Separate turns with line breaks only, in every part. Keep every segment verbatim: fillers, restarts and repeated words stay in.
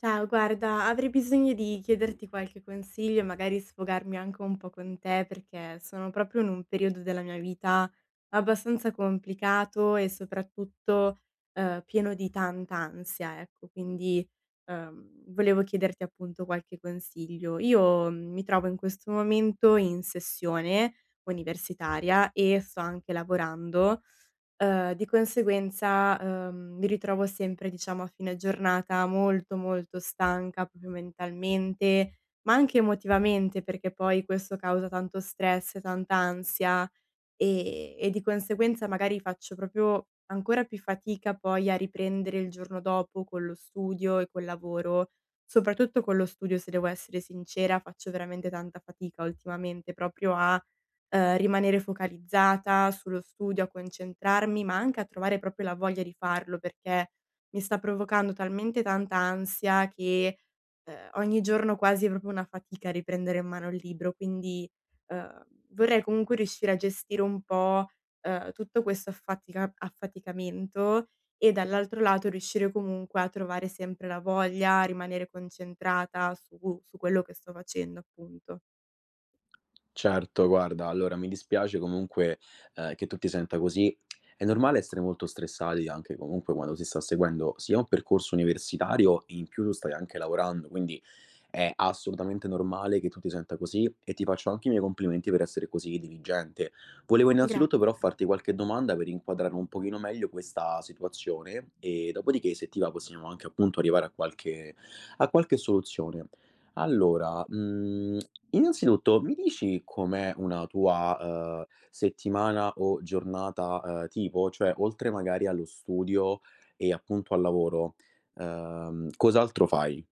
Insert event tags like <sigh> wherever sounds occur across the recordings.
Ciao, guarda, avrei bisogno di chiederti qualche consiglio e magari sfogarmi anche un po' con te perché sono proprio in un periodo della mia vita abbastanza complicato e soprattutto eh, pieno di tanta ansia, ecco, quindi ehm, volevo chiederti appunto qualche consiglio. Io mm, mi trovo in questo momento in sessione universitaria e sto anche lavorando. Uhm, di conseguenza, uhm, mi ritrovo sempre, diciamo, a fine giornata molto, molto stanca proprio mentalmente, ma anche emotivamente, perché poi questo causa tanto stress, tanta ansia e e di conseguenza magari faccio proprio ancora più fatica poi a riprendere il giorno dopo con lo studio e col lavoro. Soprattutto con lo studio, se devo essere sincera, faccio veramente tanta fatica ultimamente proprio a ehm, rimanere focalizzata sullo studio, a concentrarmi, ma anche a trovare proprio la voglia di farlo, perché mi sta provocando talmente tanta ansia che, ehm, ogni giorno quasi è proprio una fatica riprendere in mano il libro. Quindi, ehm, vorrei comunque riuscire a gestire un po', ehm, tutto questo affatica affaticamento e dall'altro lato riuscire comunque a trovare sempre la voglia, a rimanere concentrata su su quello che sto facendo, appunto.
Certo, guarda, allora mi dispiace comunque, ehm, che tu ti senta così. È normale essere molto stressati anche comunque quando si sta seguendo sia un percorso universitario e in più tu stai anche lavorando, quindi è assolutamente normale che tu ti senta così e ti faccio anche i miei complimenti per essere così diligente. Volevo
Gra...
innanzitutto però farti qualche domanda per inquadrare un pochino meglio questa situazione e dopodiché, se ti va, possiamo anche appunto arrivare a qualche a qualche soluzione. Allora, mhmm, innanzitutto mi dici com'è una tua, uhm, settimana o giornata, uhm, tipo? Cioè, oltre magari allo studio e appunto al lavoro, uhm, cos'altro fai?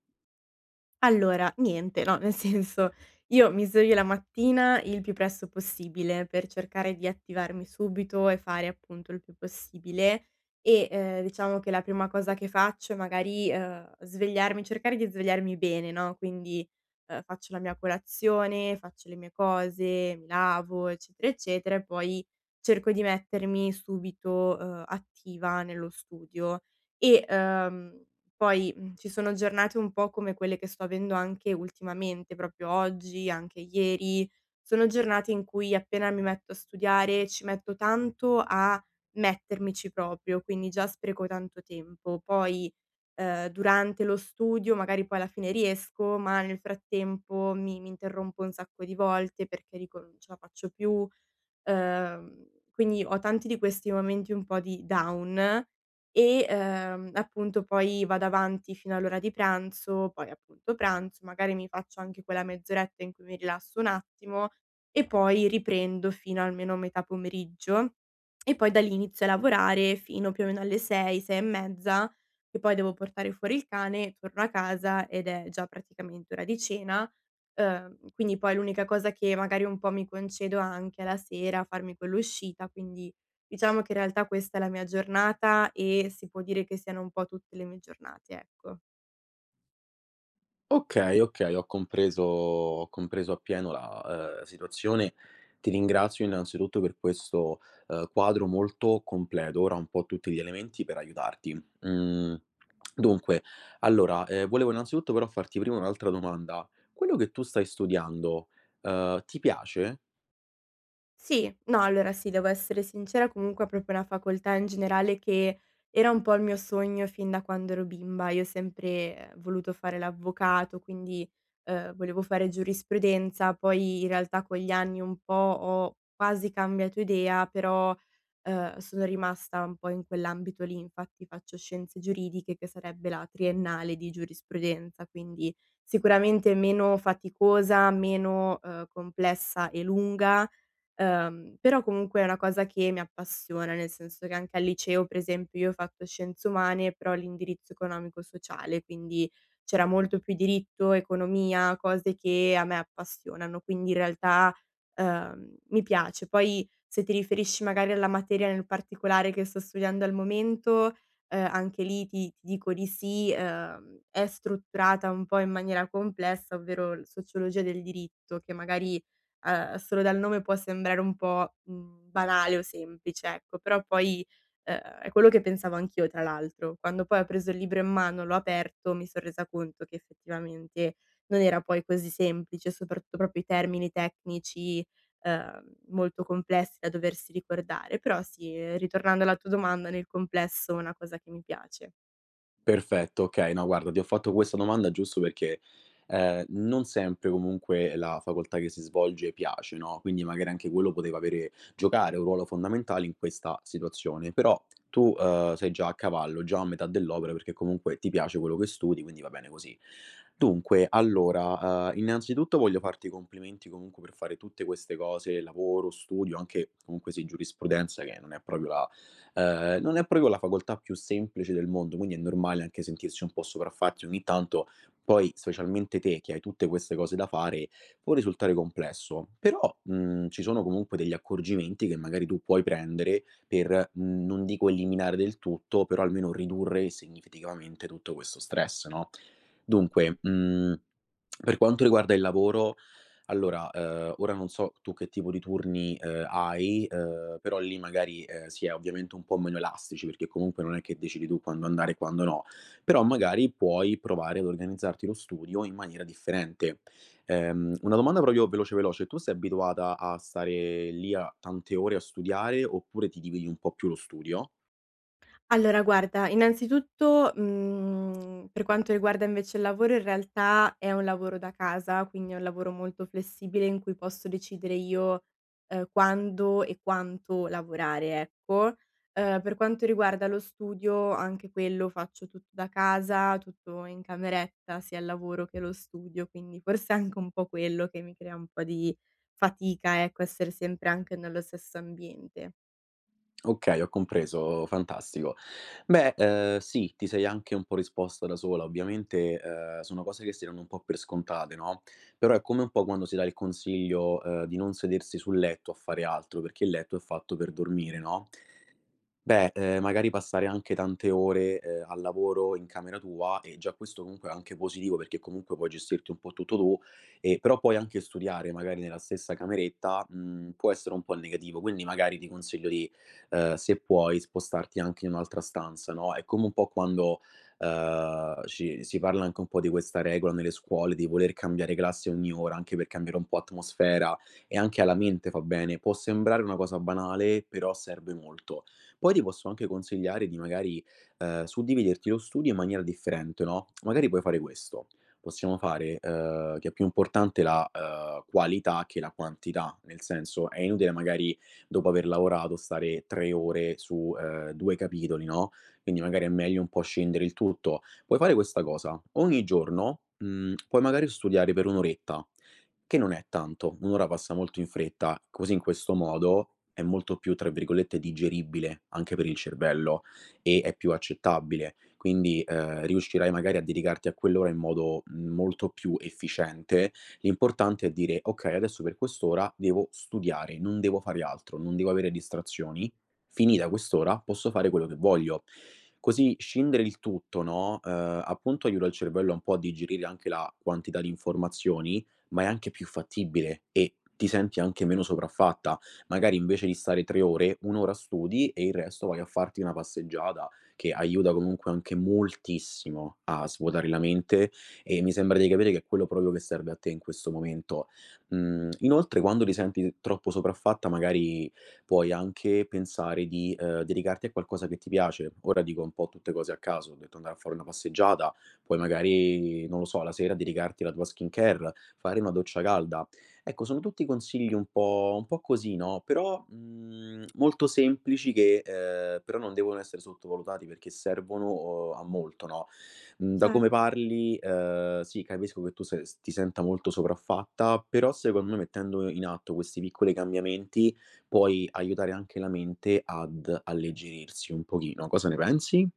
Allora, niente, no, nel senso, io mi sveglio la mattina il più presto possibile per cercare di attivarmi subito e fare appunto il più possibile e, ehm, diciamo che la prima cosa che faccio è magari, ehm, svegliarmi cercare di svegliarmi bene, no, quindi, ehm, faccio la mia colazione, faccio le mie cose, mi lavo, eccetera, eccetera, e poi cerco di mettermi subito, ehm, attiva nello studio e, ehm poi, mhmm, ci sono giornate un po' come quelle che sto avendo anche ultimamente, proprio oggi, anche ieri, sono giornate in cui appena mi metto a studiare ci metto tanto a mettermici proprio, quindi già spreco tanto tempo. Poi, ehm, durante lo studio magari poi alla fine riesco, ma nel frattempo mi mi interrompo un sacco di volte perché dico: "Non ce la faccio più". Ehm, quindi ho tanti di questi momenti un po' di down e, ehm, appunto poi vado avanti fino all'ora di pranzo, poi appunto pranzo, magari mi faccio anche quella mezz'oretta in cui mi rilasso un attimo e poi riprendo fino almeno a metà pomeriggio e poi da lì inizio a lavorare fino più o meno alle sei, sei e mezza, che poi devo portare fuori il cane, torno a casa ed è già praticamente ora di cena. Ehm, quindi poi l'unica cosa che magari un po' mi concedo anche è la sera, farmi quell'uscita, quindi diciamo che in realtà questa è la mia giornata e si può dire che siano un po' tutte le mie giornate, ecco.
Okay, okay, ho compreso ho compreso appieno la, ehm, situazione. Ti ringrazio innanzitutto per questo, ehm, quadro molto completo. Ora ho un po' tutti gli elementi per aiutarti. Mhmm, dunque, allora, ehm, volevo innanzitutto però farti prima un'altra domanda. Quello che tu stai studiando, ehm, ti piace?
Sì, no, allora sì, devo essere sincera, comunque è proprio una facoltà in generale che era un po' il mio sogno fin da quando ero bimba. Io ho sempre eh, voluto fare l'avvocato, quindi eh, volevo fare giurisprudenza, poi in realtà con gli anni un po' ho quasi cambiato idea, però eh, sono rimasta un po' in quell'ambito lì, infatti faccio scienze giuridiche che sarebbe la triennale di giurisprudenza, quindi sicuramente meno faticosa, meno eh, complessa e lunga. Ehm, però comunque è una cosa che mi appassiona, nel senso che anche al liceo, per esempio, io ho fatto scienze umane, però l'indirizzo economico-sociale, quindi c'era molto più diritto, economia, cose che a me appassionano, quindi in realtà, ehm, mi piace. Poi se ti riferisci magari alla materia nel particolare che sto studiando al momento, ehm, anche lì ti ti dico di sì, ehm, è strutturata un po' in maniera complessa, ovvero l... sociologia del diritto, che magari ehm, solo dal nome può sembrare un po', mhmm, banale o semplice, ecco, però poi, ehm, è quello che pensavo anch'io tra l'altro. Quando poi ho preso il libro in mano, l'ho aperto, mi son resa conto che effettivamente non era poi così semplice, soprattutto proprio i termini tecnici, ehm, molto complessi da doversi ricordare. Però sì, eh, ritornando alla tua domanda, nel complesso è una cosa che mi piace.
Perfetto, okay. No, guarda, ti ho fatto questa domanda giusto perché, ehm, non sempre comunque la facoltà che si svolge piace, no, quindi magari anche quello poteva avere giocare un ruolo fondamentale in questa situazione. Però tu, uhm, sei già a cavallo, già a metà dell'opera, perché comunque ti piace quello che studi, quindi va bene così. Dunque, allora, uhm, innanzitutto voglio farti i complimenti comunque per fare tutte queste cose, lavoro, studio, anche comunque sì, giurisprudenza, che non è proprio la Ehm, non è proprio la facoltà più semplice del mondo, quindi è normale anche sentirsi un po' sopraffatti ogni tanto. Poi, specialmente te che hai tutte queste cose da fare, può risultare complesso. Però, mhmm, ci sono comunque degli accorgimenti che magari tu puoi prendere per, mhmm, non dico eliminare del tutto, però almeno ridurre significativamente tutto questo stress, no. Dunque, mhmm, per quanto riguarda il lavoro, allora, ehm, ora non so tu che tipo di turni, ehm, hai, ehm, però lì magari, ehm, si è ovviamente un po' meno elastici, perché comunque non è che decidi tu quando andare e quando no, però magari puoi provare ad organizzarti lo studio in maniera differente. Ehm, una domanda proprio veloce, veloce: tu sei abituata a stare lì a tante ore a studiare, oppure ti dividi un po' più lo studio?
Allora guarda, innanzitutto, mhmm, per quanto riguarda invece il lavoro, in realtà è un lavoro da casa, quindi è un lavoro molto flessibile in cui posso decidere io, ehm, quando e quanto lavorare, ecco. Ehm, per quanto riguarda lo studio, anche quello faccio tutto da casa, tutto in cameretta, sia il lavoro che lo studio, quindi forse anche un po' quello che mi crea un po' di fatica, ecco, essere sempre anche nello stesso ambiente.
Okay, ho compreso, fantastico. Beh, ehm, sì, ti sei anche un po' risposta da sola. Ovviamente, ehm, sono cose che si danno un po' per scontate, no, però è come un po' quando si dà il consiglio, ehm, di non sedersi sul letto a fare altro, perché il letto è fatto per dormire, no, beh, ehm, magari passare anche tante ore, ehm, al lavoro in camera tua e già questo comunque è anche positivo, perché comunque puoi gestirti un po' tutto tu, e però poi anche studiare magari nella stessa cameretta, mhmm, può essere un po' negativo. Quindi magari ti consiglio di, ehm, se puoi, spostarti anche in un'altra stanza, no, è come un po' quando, ehm, ci si parla anche un po' di questa regola nelle scuole, di voler cambiare classe ogni ora, anche per cambiare un po' atmosfera, e anche alla mente fa bene. Può sembrare una cosa banale, però serve molto. Poi ti posso anche consigliare di magari, ehm, suddividerti lo studio in maniera differente, no, magari puoi fare questo: possiamo fare, ehm, che è più importante la, ehm, qualità che la quantità, nel senso è inutile magari, dopo aver lavorato, stare tre ore su, ehm, due capitoli, no, quindi magari è meglio un po' scendere il tutto. Puoi fare questa cosa: ogni giorno, mhmm, puoi magari studiare per un oretta, che non è tanto, un ora passa molto in fretta, così in questo modo è molto più, tra virgolette, "digeribile" anche per il cervello e è più accettabile. Quindi, ehm, riuscirai magari a dedicarti a quell'ora in modo mm, molto più efficiente. L'importante è dire: "Okay, adesso per quest'ora devo studiare, non devo fare altro, non devo avere distrazioni. Finita quest'ora posso fare quello che voglio". Così scindere il tutto, no, ehm, appunto aiuta il cervello un po' a digerire anche la quantità di informazioni, ma è anche più fattibile e ti senti anche meno sopraffatta. Magari invece di stare tre ore, un ora studi e il resto vai a farti una passeggiata, che aiuta comunque anche moltissimo a svuotare la mente, e mi sembra di capire che è quello proprio che serve a te in questo momento. Mhmm, inoltre quando ti senti troppo sopraffatta magari puoi anche pensare di, ehm, dedicarti a qualcosa che ti piace. Ora dico un po' tutte cose a caso, ho detto andare a fare una passeggiata, poi magari, non lo so, la sera dedicarti alla tua skincare, fare una doccia calda. Ecco, sono tutti consigli un po' un po' così, no, però, mhmm, molto semplici che, ehm, però non devono essere sottovalutati perché servono, uhm, a molto, no. Mhmm, da come
Certo.
parli, ehm, sì, capisco che tu se s ti senta molto sopraffatta, però secondo me, mettendo in atto questi piccoli cambiamenti, puoi aiutare anche la mente ad alleggerirsi un pochino. Cosa ne pensi?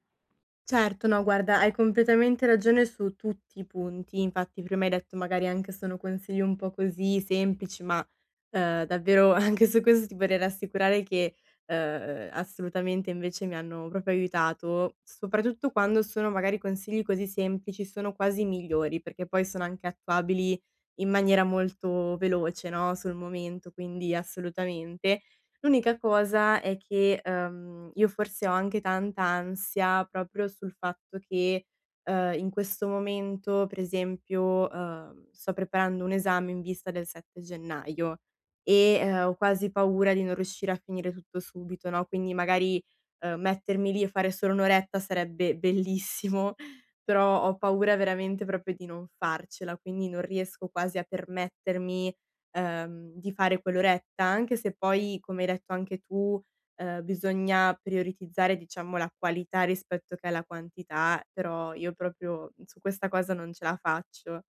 Certo, no guarda, hai completamente ragione su tutti i punti. Infatti prima hai detto magari anche sono consigli un po' così semplici, ma, ehm, davvero <laughs> anche su questo ti vorrei rassicurare che, ehm, assolutamente invece mi hanno proprio aiutato, soprattutto quando sono magari consigli così semplici, sono quasi migliori, perché poi sono anche attuabili in maniera molto veloce, no, sul momento, quindi assolutamente. L'unica cosa è che, uhm, io forse ho anche tanta ansia proprio sul fatto che, uhm, in questo momento, per esempio, uhm, sto preparando un esame in vista del sette gennaio e, uhm, ho quasi paura di non riuscire a finire tutto subito, no, quindi magari, uhm, mettermi lì e fare solo un' oretta sarebbe bellissimo, <laughs> però ho paura veramente proprio di non farcela, quindi non riesco quasi a permettermi ehm, di fare quell'oretta, anche se poi, come hai detto anche tu, ehm, bisogna prioritizzare diciamo la qualità rispetto che alla quantità, però io proprio su questa cosa non ce la faccio.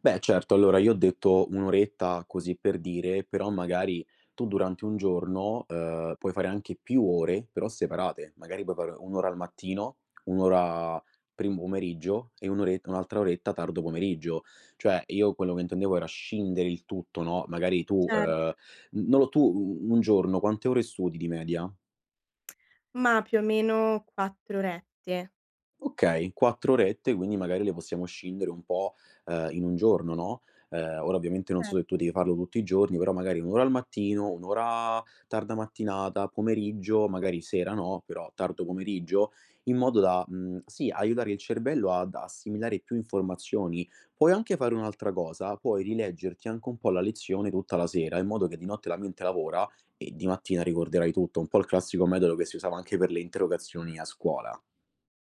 Beh certo, allora io ho detto un oretta così per dire, però magari tu durante un giorno, uhm, puoi fare anche più ore, però separate. Magari puoi fare un ora al mattino, un ora primo pomeriggio e 1 ore un'altra oretta tardo pomeriggio. Cioè io quello che intendevo era scindere il tutto, no, magari tu,
Certo.
uhm, n non lo tu u un giorno quante ore studi di media?
Ma più o meno quattro orette.
Okay, quattro orette, quindi magari le possiamo scindere un po', ehm, in un giorno, no, ehm, ora ovviamente non so se tu
Certo.
devi farlo tutti i giorni, però magari un ora al mattino, un ora tarda mattinata, pomeriggio, magari sera no, però tardo pomeriggio, in modo da, mhmm, sì, aiutare il cervello ad assimilare più informazioni. Puoi anche fare un'altra cosa, puoi rileggerti anche un po' la lezione tutta la sera, in modo che di notte la mente lavora e di mattina ricorderai tutto, un po' il classico metodo che si usava anche per le interrogazioni a scuola.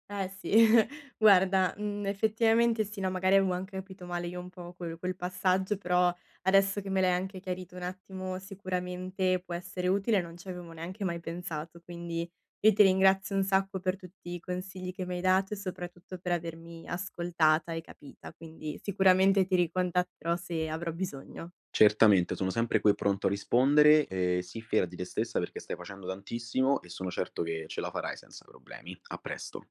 Eh sì, <laughs> guarda, mhmm, effettivamente sì, no, magari avevo anche capito male io un po' quel quel passaggio, però adesso che me l'hai anche chiarito un attimo sicuramente può essere utile, non ci avevo neanche mai pensato. Quindi io ti ringrazio un sacco per tutti i consigli che mi hai dato e soprattutto per avermi ascoltata e capita, quindi sicuramente ti ricontatterò se avrò bisogno.
Certamente, sono sempre qui pronto a rispondere, ehm, sii fiera di te stessa perché stai facendo tantissimo e sono certo che ce la farai senza problemi. A presto.